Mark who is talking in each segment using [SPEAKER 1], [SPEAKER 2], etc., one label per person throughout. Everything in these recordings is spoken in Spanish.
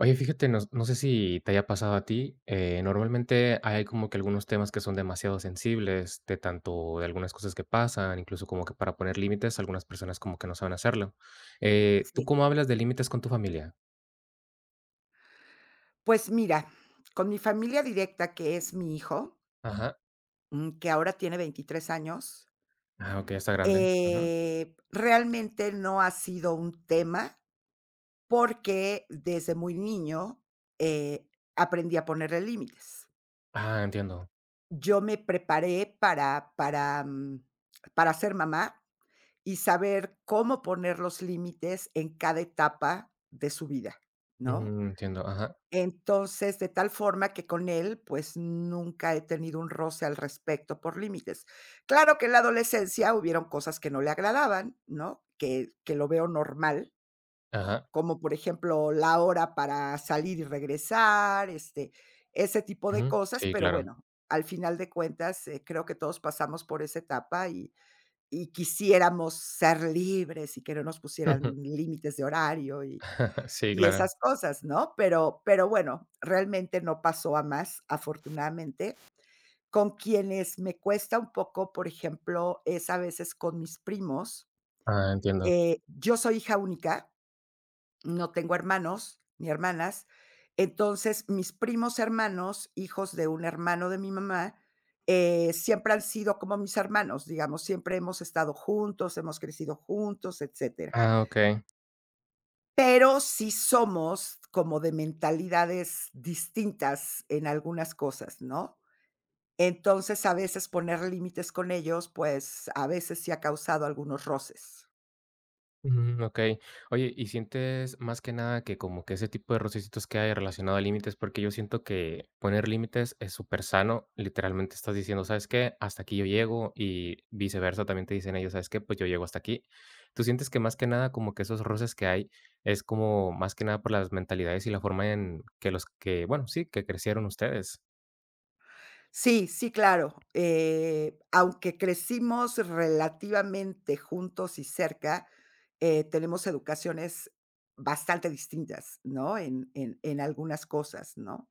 [SPEAKER 1] Oye, fíjate, no, no sé si te haya pasado a ti. Normalmente hay como que algunos temas que son demasiado sensibles, de tanto de algunas cosas que pasan, incluso como que para poner límites, algunas personas como que no saben hacerlo. ¿Tú
[SPEAKER 2] Sí.
[SPEAKER 1] cómo hablas de límites con tu familia?
[SPEAKER 2] Pues mira, con mi familia directa, que es mi hijo,
[SPEAKER 1] Ajá.
[SPEAKER 2] que ahora tiene 23 años,
[SPEAKER 1] Ah, ok, ya está grande. Ujú.
[SPEAKER 2] realmente no ha sido un tema, porque desde muy niño, eh, aprendí a ponerle límites.
[SPEAKER 1] Ah, entiendo.
[SPEAKER 2] Yo me preparé para ser mamá y saber cómo poner los límites en cada etapa de su vida, ¿no?
[SPEAKER 1] Mm, entiendo. Ajá.
[SPEAKER 2] Entonces, de tal forma que con él, pues, nunca he tenido un roce al respecto por límites. Claro que en la adolescencia hubieron cosas que no le agradaban, ¿no? Que lo veo normal,
[SPEAKER 1] Ajá.
[SPEAKER 2] como, por ejemplo, la hora para salir y regresar, este, ese tipo de
[SPEAKER 1] Ujú.
[SPEAKER 2] cosas,
[SPEAKER 1] Sí,
[SPEAKER 2] pero
[SPEAKER 1] claro.
[SPEAKER 2] bueno, al final de cuentas, creo que todos pasamos por esa etapa y quisiéramos ser libres y que no nos pusieran límites de horario y
[SPEAKER 1] Sí,
[SPEAKER 2] y
[SPEAKER 1] claro.
[SPEAKER 2] esas cosas, ¿no? Pero bueno, realmente no pasó a más, afortunadamente. Con quienes me cuesta un poco, por ejemplo, es a veces con mis primos.
[SPEAKER 1] Ah, entiendo.
[SPEAKER 2] Yo soy hija única, no tengo hermanos ni hermanas. Entonces, mis primos hermanos, hijos de un hermano de mi mamá, siempre han sido como mis hermanos, digamos, siempre hemos estado juntos, hemos crecido juntos, etcétera.
[SPEAKER 1] Ah, ok.
[SPEAKER 2] Pero sí somos como de mentalidades distintas en algunas cosas, ¿no? Entonces, a veces poner límites con ellos, pues, a veces sí ha causado algunos roces.
[SPEAKER 1] Mm, okey. Oye, ¿y sientes más que nada que como que ese tipo de rocecitos que hay relacionado a límites? Porque yo siento que poner límites es súper sano. Literalmente estás diciendo: "¿Sabes qué? Hasta aquí yo llego", y viceversa, también te dicen ellos: "¿Sabes qué? Pues yo llego hasta aquí". ¿Tú sientes que más que nada como que esos roces que hay es como más que nada por las mentalidades y la forma en que los que, bueno, sí, que crecieron ustedes?
[SPEAKER 2] Sí, sí, claro, aunque crecimos relativamente juntos y cerca, tenemos educaciones bastante distintas, ¿no? En algunas cosas, ¿no?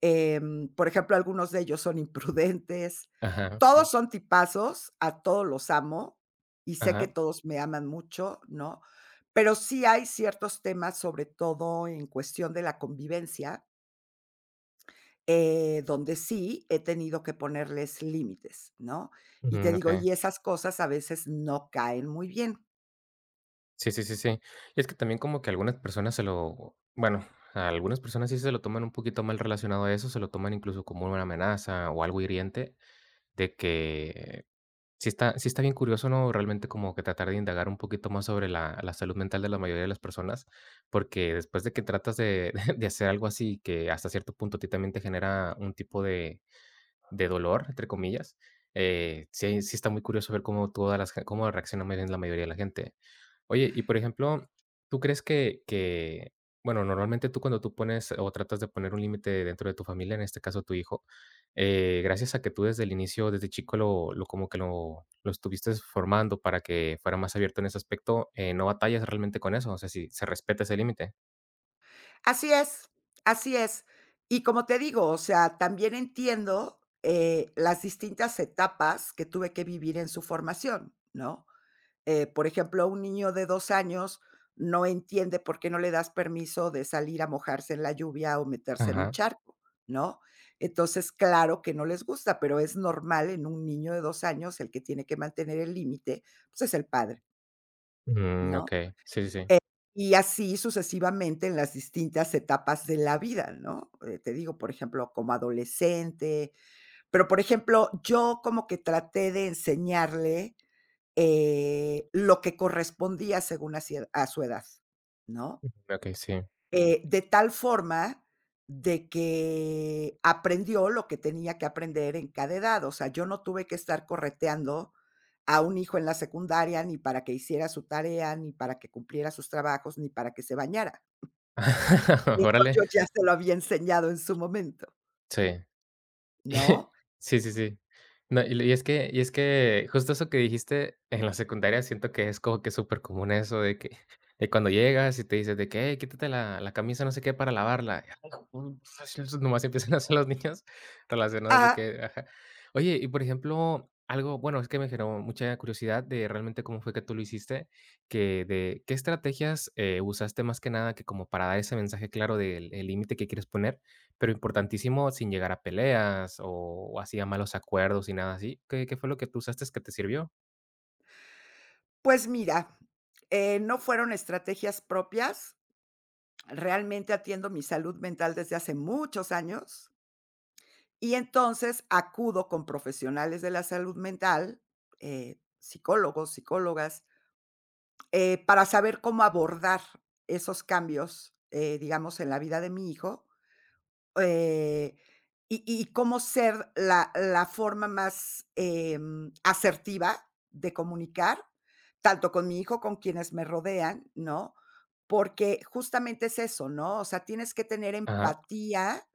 [SPEAKER 2] Por ejemplo, algunos de ellos son imprudentes.
[SPEAKER 1] Ajá,
[SPEAKER 2] Todos
[SPEAKER 1] sí.
[SPEAKER 2] son tipazos, a todos los amo y sé que
[SPEAKER 1] Ajá.
[SPEAKER 2] todos me aman mucho, ¿no? Pero sí hay ciertos temas, sobre todo en cuestión de la convivencia, donde sí he tenido que ponerles límites, ¿no? Y te
[SPEAKER 1] Ujú,
[SPEAKER 2] digo,
[SPEAKER 1] okey.
[SPEAKER 2] y esas cosas a veces no caen muy bien.
[SPEAKER 1] Sí, sí, sí, sí. Y es que también como que algunas personas se lo, bueno, a algunas personas sí se lo toman un poquito mal relacionado a eso, se lo toman incluso como una amenaza o algo hiriente, de que sí está bien curioso, ¿no? Realmente como que tratar de indagar un poquito más sobre la, la salud mental de la mayoría de las personas, porque después de que tratas de, de hacer algo así que hasta cierto punto a ti también te genera un tipo de dolor, entre comillas, sí, sí está muy curioso ver cómo todas las, cómo reacciona más bien la mayoría de la gente. Oye, y por ejemplo, ¿tú crees que, bueno, normalmente tú cuando tú pones o tratas de poner un límite dentro de tu familia, en este caso tu hijo, gracias a que tú desde el inicio, desde chico, lo como que lo estuviste formando para que fuera más abierto en ese aspecto, no batallas realmente con eso, o sea, si se respeta ese límite.
[SPEAKER 2] Así es, así es. Y como te digo, o sea, también entiendo, las distintas etapas que tuve que vivir en su formación, ¿no? Por ejemplo, un niño de 2 años no entiende por qué no le das permiso de salir a mojarse en la lluvia o meterse en un
[SPEAKER 1] Ajá.
[SPEAKER 2] charco, ¿no? Entonces, claro que no les gusta, pero es normal en un niño de 2 años, el que tiene que mantener el límite, pues, es el padre,
[SPEAKER 1] Mm, ok,
[SPEAKER 2] ¿no?
[SPEAKER 1] sí, sí, sí.
[SPEAKER 2] Eh, y así sucesivamente en las distintas etapas de la vida, ¿no? Te digo, por ejemplo, como adolescente, pero, por ejemplo, yo como que traté de enseñarle, lo que correspondía según a su edad, ¿no?
[SPEAKER 1] Ok, sí.
[SPEAKER 2] De tal forma de que aprendió lo que tenía que aprender en cada edad. O sea, yo no tuve que estar correteando a un hijo en la secundaria, ni para que hiciera su tarea, ni para que cumpliera sus trabajos, ni para que se bañara. Eso
[SPEAKER 1] Órale,
[SPEAKER 2] yo ya se lo había enseñado en su momento,
[SPEAKER 1] sí.
[SPEAKER 2] ¿no?
[SPEAKER 1] Sí, sí, sí. No, y es que es que justo eso que dijiste en la secundaria siento que es como que súper común eso de que de cuando llegas y te dices de que: "Hey, quítate la camisa no sé qué para lavarla". Y, ay, Nomás empiezan a hacer los niños relacionados de
[SPEAKER 2] Ah,
[SPEAKER 1] que ajá. Oye, y por ejemplo, algo bueno, es que me generó mucha curiosidad de realmente cómo fue que tú lo hiciste, que de ¿qué estrategias, usaste más que nada que como para dar ese mensaje claro del el límite que quieres poner? Pero importantísimo, sin llegar a peleas o así a malos acuerdos y nada así. ¿Qué fue lo que tú usaste que te sirvió?
[SPEAKER 2] pues mira, no fueron estrategias propias. Realmente atiendo mi salud mental desde hace muchos años. Y entonces acudo con profesionales de la salud mental, psicólogos, psicólogas, para saber cómo abordar esos cambios, digamos, en la vida de mi hijo, eh, y cómo ser la forma más, asertiva de comunicar, tanto con mi hijo, con quienes me rodean, ¿no? Porque justamente es eso, ¿no? O sea, tienes que tener
[SPEAKER 1] Ajá,
[SPEAKER 2] empatía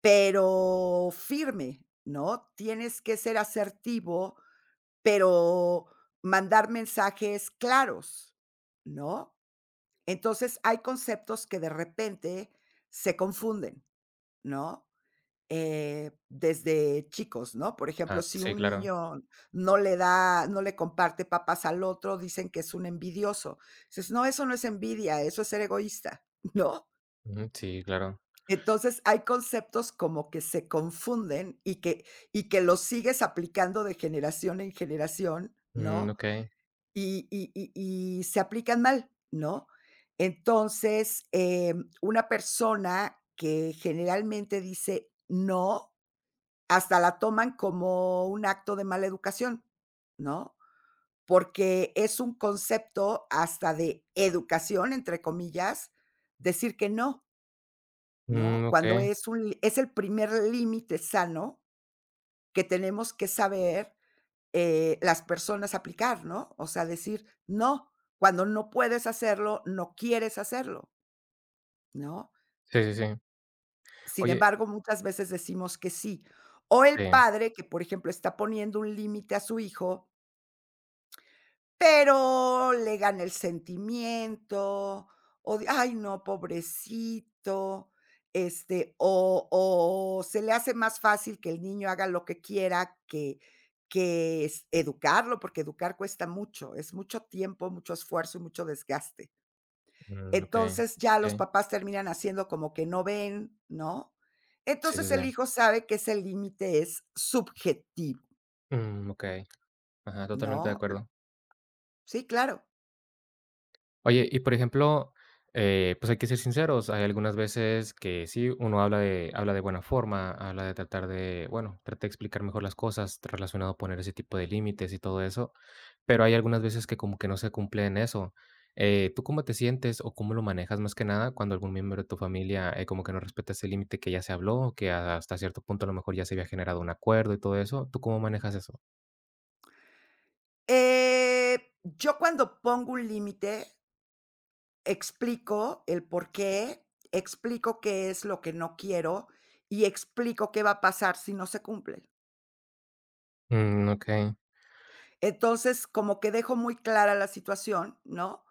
[SPEAKER 2] pero firme, ¿no? Tienes que ser asertivo, pero mandar mensajes claros, ¿no? Entonces, hay conceptos que de repente se confunden, ¿no? Desde chicos, ¿no? Por ejemplo,
[SPEAKER 1] ajá,
[SPEAKER 2] si
[SPEAKER 1] sí,
[SPEAKER 2] un
[SPEAKER 1] claro.
[SPEAKER 2] niño no le comparte papas al otro, dicen que es un envidioso. Dices: "No, eso no es envidia, eso es ser egoísta", ¿no?
[SPEAKER 1] Ujú, sí, claro.
[SPEAKER 2] Entonces, hay conceptos como que se confunden y que los sigues aplicando de generación en generación,
[SPEAKER 1] Mm,
[SPEAKER 2] ¿no?
[SPEAKER 1] okey.
[SPEAKER 2] Y y y y se aplican mal, ¿no? Entonces, una persona que generalmente dice no, hasta la toman como un acto de mala educación, ¿no? Porque es un concepto hasta de educación, entre comillas, decir que no,
[SPEAKER 1] Mm,
[SPEAKER 2] ¿no? Cuando
[SPEAKER 1] okey.
[SPEAKER 2] es el primer límite sano que tenemos que saber, las personas aplicar, ¿no? O sea, decir: "No", cuando no puedes hacerlo, no quieres hacerlo, ¿no?
[SPEAKER 1] Sí, sí, sí.
[SPEAKER 2] Sin
[SPEAKER 1] Oye
[SPEAKER 2] embargo, muchas veces decimos que sí. O el
[SPEAKER 1] sí,
[SPEAKER 2] padre que, por ejemplo, está poniendo un límite a su hijo pero le gana el sentimiento, o de: "Ay, no, pobrecito", este, o se le hace más fácil que el niño haga lo que quiera que es educarlo, porque educar cuesta mucho, es mucho tiempo, mucho esfuerzo y mucho desgaste.
[SPEAKER 1] mm, okey.
[SPEAKER 2] Entonces, ya los
[SPEAKER 1] Sí,
[SPEAKER 2] papás terminan haciendo como que no ven, ¿no?
[SPEAKER 1] sí, sí,
[SPEAKER 2] Entonces,
[SPEAKER 1] sí.
[SPEAKER 2] el hijo sabe que ese límite es subjetivo,
[SPEAKER 1] Mm, okey. Ajá, totalmente de
[SPEAKER 2] ¿no?
[SPEAKER 1] acuerdo.
[SPEAKER 2] Sí, claro.
[SPEAKER 1] Oye, y por ejemplo, pues hay que ser sinceros, hay algunas veces que sí, uno habla de buena forma, habla de tratar de, bueno, trata de explicar mejor las cosas relacionado a poner ese tipo de límites y todo eso. Pero hay algunas veces que como que no se cumple en eso. ¿Tú cómo te sientes o cómo lo manejas más que nada cuando algún miembro de tu familia, como que no respeta ese límite que ya se habló, que hasta cierto punto a lo mejor ya se había generado un acuerdo y todo eso? ¿Tú cómo manejas eso?
[SPEAKER 2] Yo cuando pongo un límite, explico el porqué, explico qué es lo que no quiero y explico qué va a pasar si no se cumple.
[SPEAKER 1] Mm, okey.
[SPEAKER 2] Entonces, como que dejo muy clara la situación, ¿no?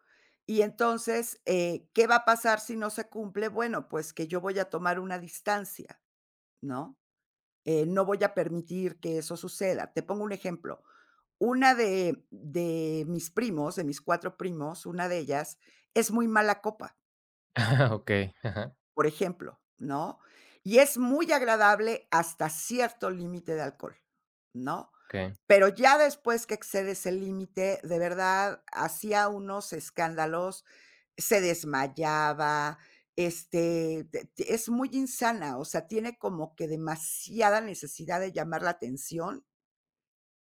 [SPEAKER 2] Y entonces, ¿qué va a pasar si no se cumple? Bueno, pues que yo voy a tomar una distancia, ¿no? No voy a permitir que eso suceda. Te pongo un ejemplo. Una de mis primos, de mis 4 primos, una de ellas es muy mala copa,
[SPEAKER 1] Okey, ajá,
[SPEAKER 2] por ejemplo, ¿no? Y es muy agradable hasta cierto límite de alcohol, ¿no?
[SPEAKER 1] okey.
[SPEAKER 2] Pero ya después que excedes el límite, de verdad, hacía unos escándalos, se desmayaba, este, te es muy insana, o sea, tiene como que demasiada necesidad de llamar la atención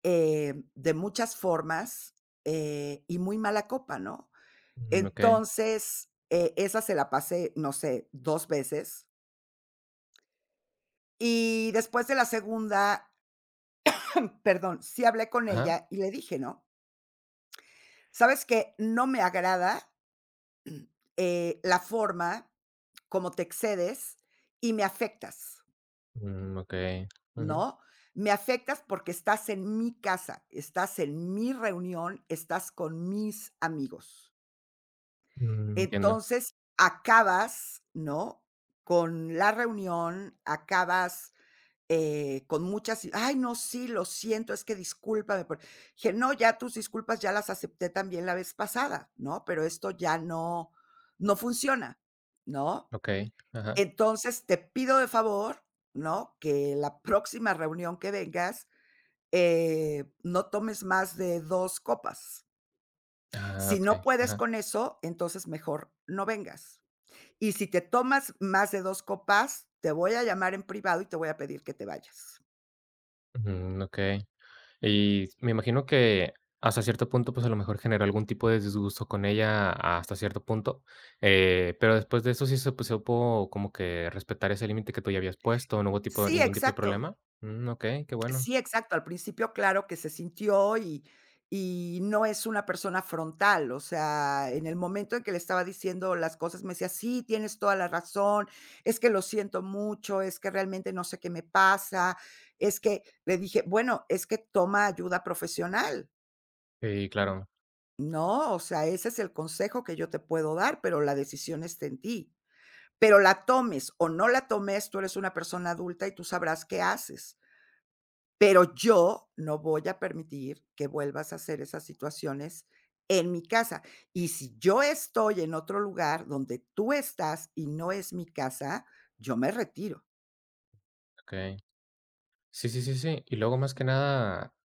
[SPEAKER 2] de muchas formas, y muy mala copa, ¿no?
[SPEAKER 1] Mm, okey,
[SPEAKER 2] Entonces, esa se la pasé, no sé, 2 veces, y después de la segunda, perdón, sí hablé con
[SPEAKER 1] ajá.
[SPEAKER 2] ella y le dije, ¿no? ¿Sabes que? No me agrada, la forma como te excedes y me afectas,
[SPEAKER 1] Mm, okey. Ujú.
[SPEAKER 2] ¿no? Me afectas porque estás en mi casa, estás en mi reunión, estás con mis amigos.
[SPEAKER 1] Mm, entiendo.
[SPEAKER 2] Entonces, acabas, ¿no?, con la reunión, acabas, con muchas: "Ay, no, sí, lo siento, es que discúlpame por". Dije: "No, ya tus disculpas ya las acepté también la vez pasada, ¿no? Pero esto ya no funciona, ¿no?
[SPEAKER 1] Okey, ajá.
[SPEAKER 2] Entonces, te pido de favor, ¿no?, que la próxima reunión que vengas, no tomes más de 2 copas.
[SPEAKER 1] Ah,
[SPEAKER 2] Si no
[SPEAKER 1] okey,
[SPEAKER 2] puedes
[SPEAKER 1] ajá.
[SPEAKER 2] con eso, entonces mejor no vengas". Y si te tomas más de 2 copas, te voy a llamar en privado y te voy a pedir que te vayas.
[SPEAKER 1] Mm, okey. Y me imagino que hasta cierto punto, pues, a lo mejor generó algún tipo de disgusto con ella hasta cierto punto, pero después de eso sí se pues, supo como que respetar ese límite que tú ya habías puesto, ¿no hubo tipo
[SPEAKER 2] Sí,
[SPEAKER 1] ningún tipo de
[SPEAKER 2] exacto.
[SPEAKER 1] problema? Mm, okey, qué bueno.
[SPEAKER 2] Sí, exacto. Al principio, claro que se sintió y no es una persona frontal, o sea, en el momento en que le estaba diciendo las cosas, me decía: "Sí, tienes toda la razón, es que lo siento mucho, es que realmente no sé qué me pasa", es que le dije: "Bueno, es que toma ayuda profesional",
[SPEAKER 1] Sí, claro,
[SPEAKER 2] ¿no? O sea, ese es el consejo que yo te puedo dar, pero la decisión está en ti. Pero la tomes o no la tomes, tú eres una persona adulta y tú sabrás qué haces. Pero yo no voy a permitir que vuelvas a hacer esas situaciones en mi casa. Y si yo estoy en otro lugar donde tú estás y no es mi casa, yo me retiro.
[SPEAKER 1] okey. Sí, sí, sí, sí. Y luego, más que nada,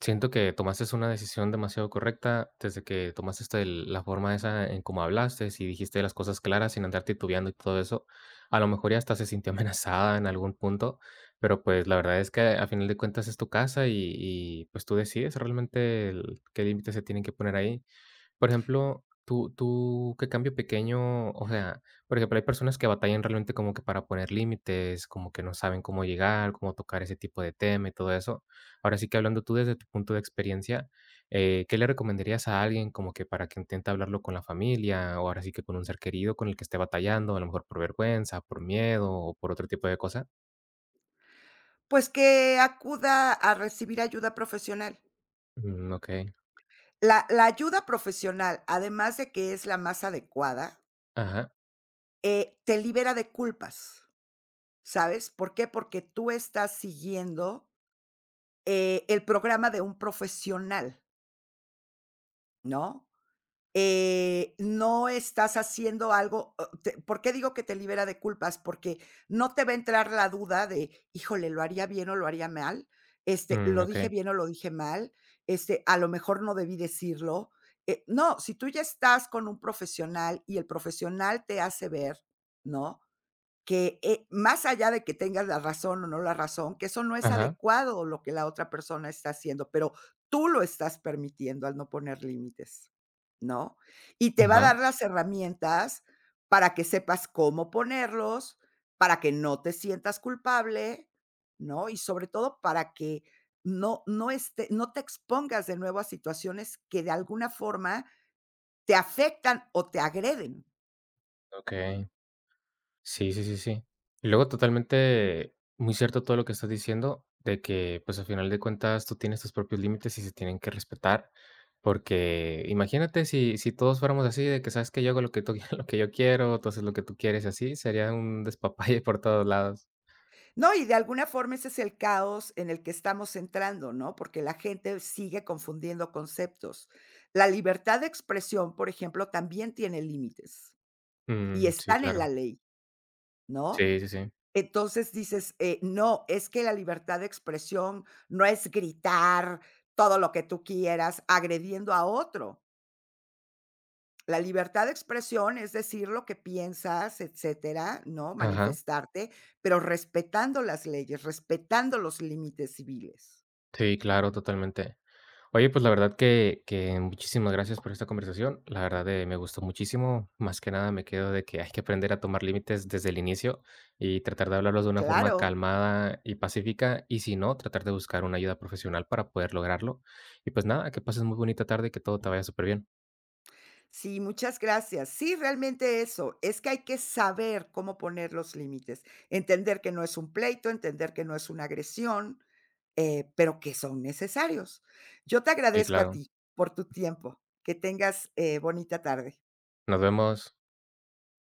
[SPEAKER 1] siento que tomaste una decisión demasiado correcta desde que tomaste este el la forma esa en cómo hablaste, y dijiste las cosas claras sin andar titubeando y todo eso. A lo mejor ya hasta se sintió amenazada en algún punto, pero, pues, la verdad es que a final de cuentas es tu casa y pues, tú decides realmente el qué límites se tienen que poner ahí. Por ejemplo, tú, ¿qué cambio pequeño? O sea, por ejemplo, hay personas que batallan realmente como que para poner límites, como que no saben cómo llegar, cómo tocar ese tipo de tema y todo eso. Ahora sí que hablando tú desde tu punto de experiencia, ¿qué le recomendarías a alguien como que para que intente hablarlo con la familia, o ahora sí que con un ser querido con el que esté batallando, a lo mejor por vergüenza, por miedo o por otro tipo de cosa?
[SPEAKER 2] Pues que acuda a recibir ayuda profesional.
[SPEAKER 1] Mm, okey.
[SPEAKER 2] La ayuda profesional, además de que es la más adecuada,
[SPEAKER 1] Ajá.
[SPEAKER 2] te libera de culpas, ¿sabes? ¿Por qué? Porque tú estás siguiendo el programa de un profesional, ¿no? No estás haciendo algo, o te ¿por qué digo que te libera de culpas? Porque no te va a entrar la duda de, híjole, ¿lo haría bien o lo haría mal? Este,
[SPEAKER 1] Mm,
[SPEAKER 2] ¿lo dije
[SPEAKER 1] okey.
[SPEAKER 2] bien o lo dije mal? Este, a lo mejor no debí decirlo. No, si tú ya estás con un profesional y el profesional te hace ver, ¿no? Que, más allá de que tengas la razón o no la razón, que eso no es
[SPEAKER 1] Ajá,
[SPEAKER 2] adecuado lo que la otra persona está haciendo, pero tú lo estás permitiendo al no poner límites, ¿no? Y te va a
[SPEAKER 1] ajá,
[SPEAKER 2] dar las herramientas para que sepas cómo ponerlos, para que no te sientas culpable, ¿no? Y sobre todo para que no te expongas de nuevo a situaciones que de alguna forma te afectan o te agreden.
[SPEAKER 1] okey. Sí, sí, sí, sí. Y luego totalmente muy cierto todo lo que estás diciendo, de que, pues, a final de cuentas tú tienes tus propios límites y se tienen que respetar, porque imagínate si todos fuéramos así de que, sabes que yo hago lo que tú lo que yo quiero, tú haces lo que tú quieres así, sería un despapalle por todos lados.
[SPEAKER 2] No, y de alguna forma ese es el caos en el que estamos entrando, ¿no? Porque la gente sigue confundiendo conceptos. La libertad de expresión, por ejemplo, también tiene límites y
[SPEAKER 1] Mm, sí,
[SPEAKER 2] están en la
[SPEAKER 1] claro.
[SPEAKER 2] ley, ¿no?
[SPEAKER 1] Sí, sí, sí.
[SPEAKER 2] Entonces dices, no, es que la libertad de expresión no es gritar todo lo que tú quieras agrediendo a otro. La libertad de expresión es decir lo que piensas, etcétera, ¿no?
[SPEAKER 1] Ajá.
[SPEAKER 2] Manifestarte, pero respetando las leyes, respetando los límites civiles.
[SPEAKER 1] Sí, claro, totalmente. Oye, pues la verdad que muchísimas gracias por esta conversación. La verdad, me gustó muchísimo. Más que nada me quedo de que hay que aprender a tomar límites desde el inicio y tratar de hablarlos de una forma
[SPEAKER 2] Claro,
[SPEAKER 1] calmada y pacífica, y si no, tratar de buscar una ayuda profesional para poder lograrlo. Y pues nada, que pases muy bonita tarde y que todo te vaya súper bien.
[SPEAKER 2] sí, muchas gracias. Sí, realmente eso, es que hay que saber cómo poner los límites, entender que no es un pleito, entender que no es una agresión, pero que son necesarios. Yo te
[SPEAKER 1] Sí,
[SPEAKER 2] agradezco a
[SPEAKER 1] claro.
[SPEAKER 2] ti por tu tiempo. Que tengas bonita tarde.
[SPEAKER 1] Nos vemos.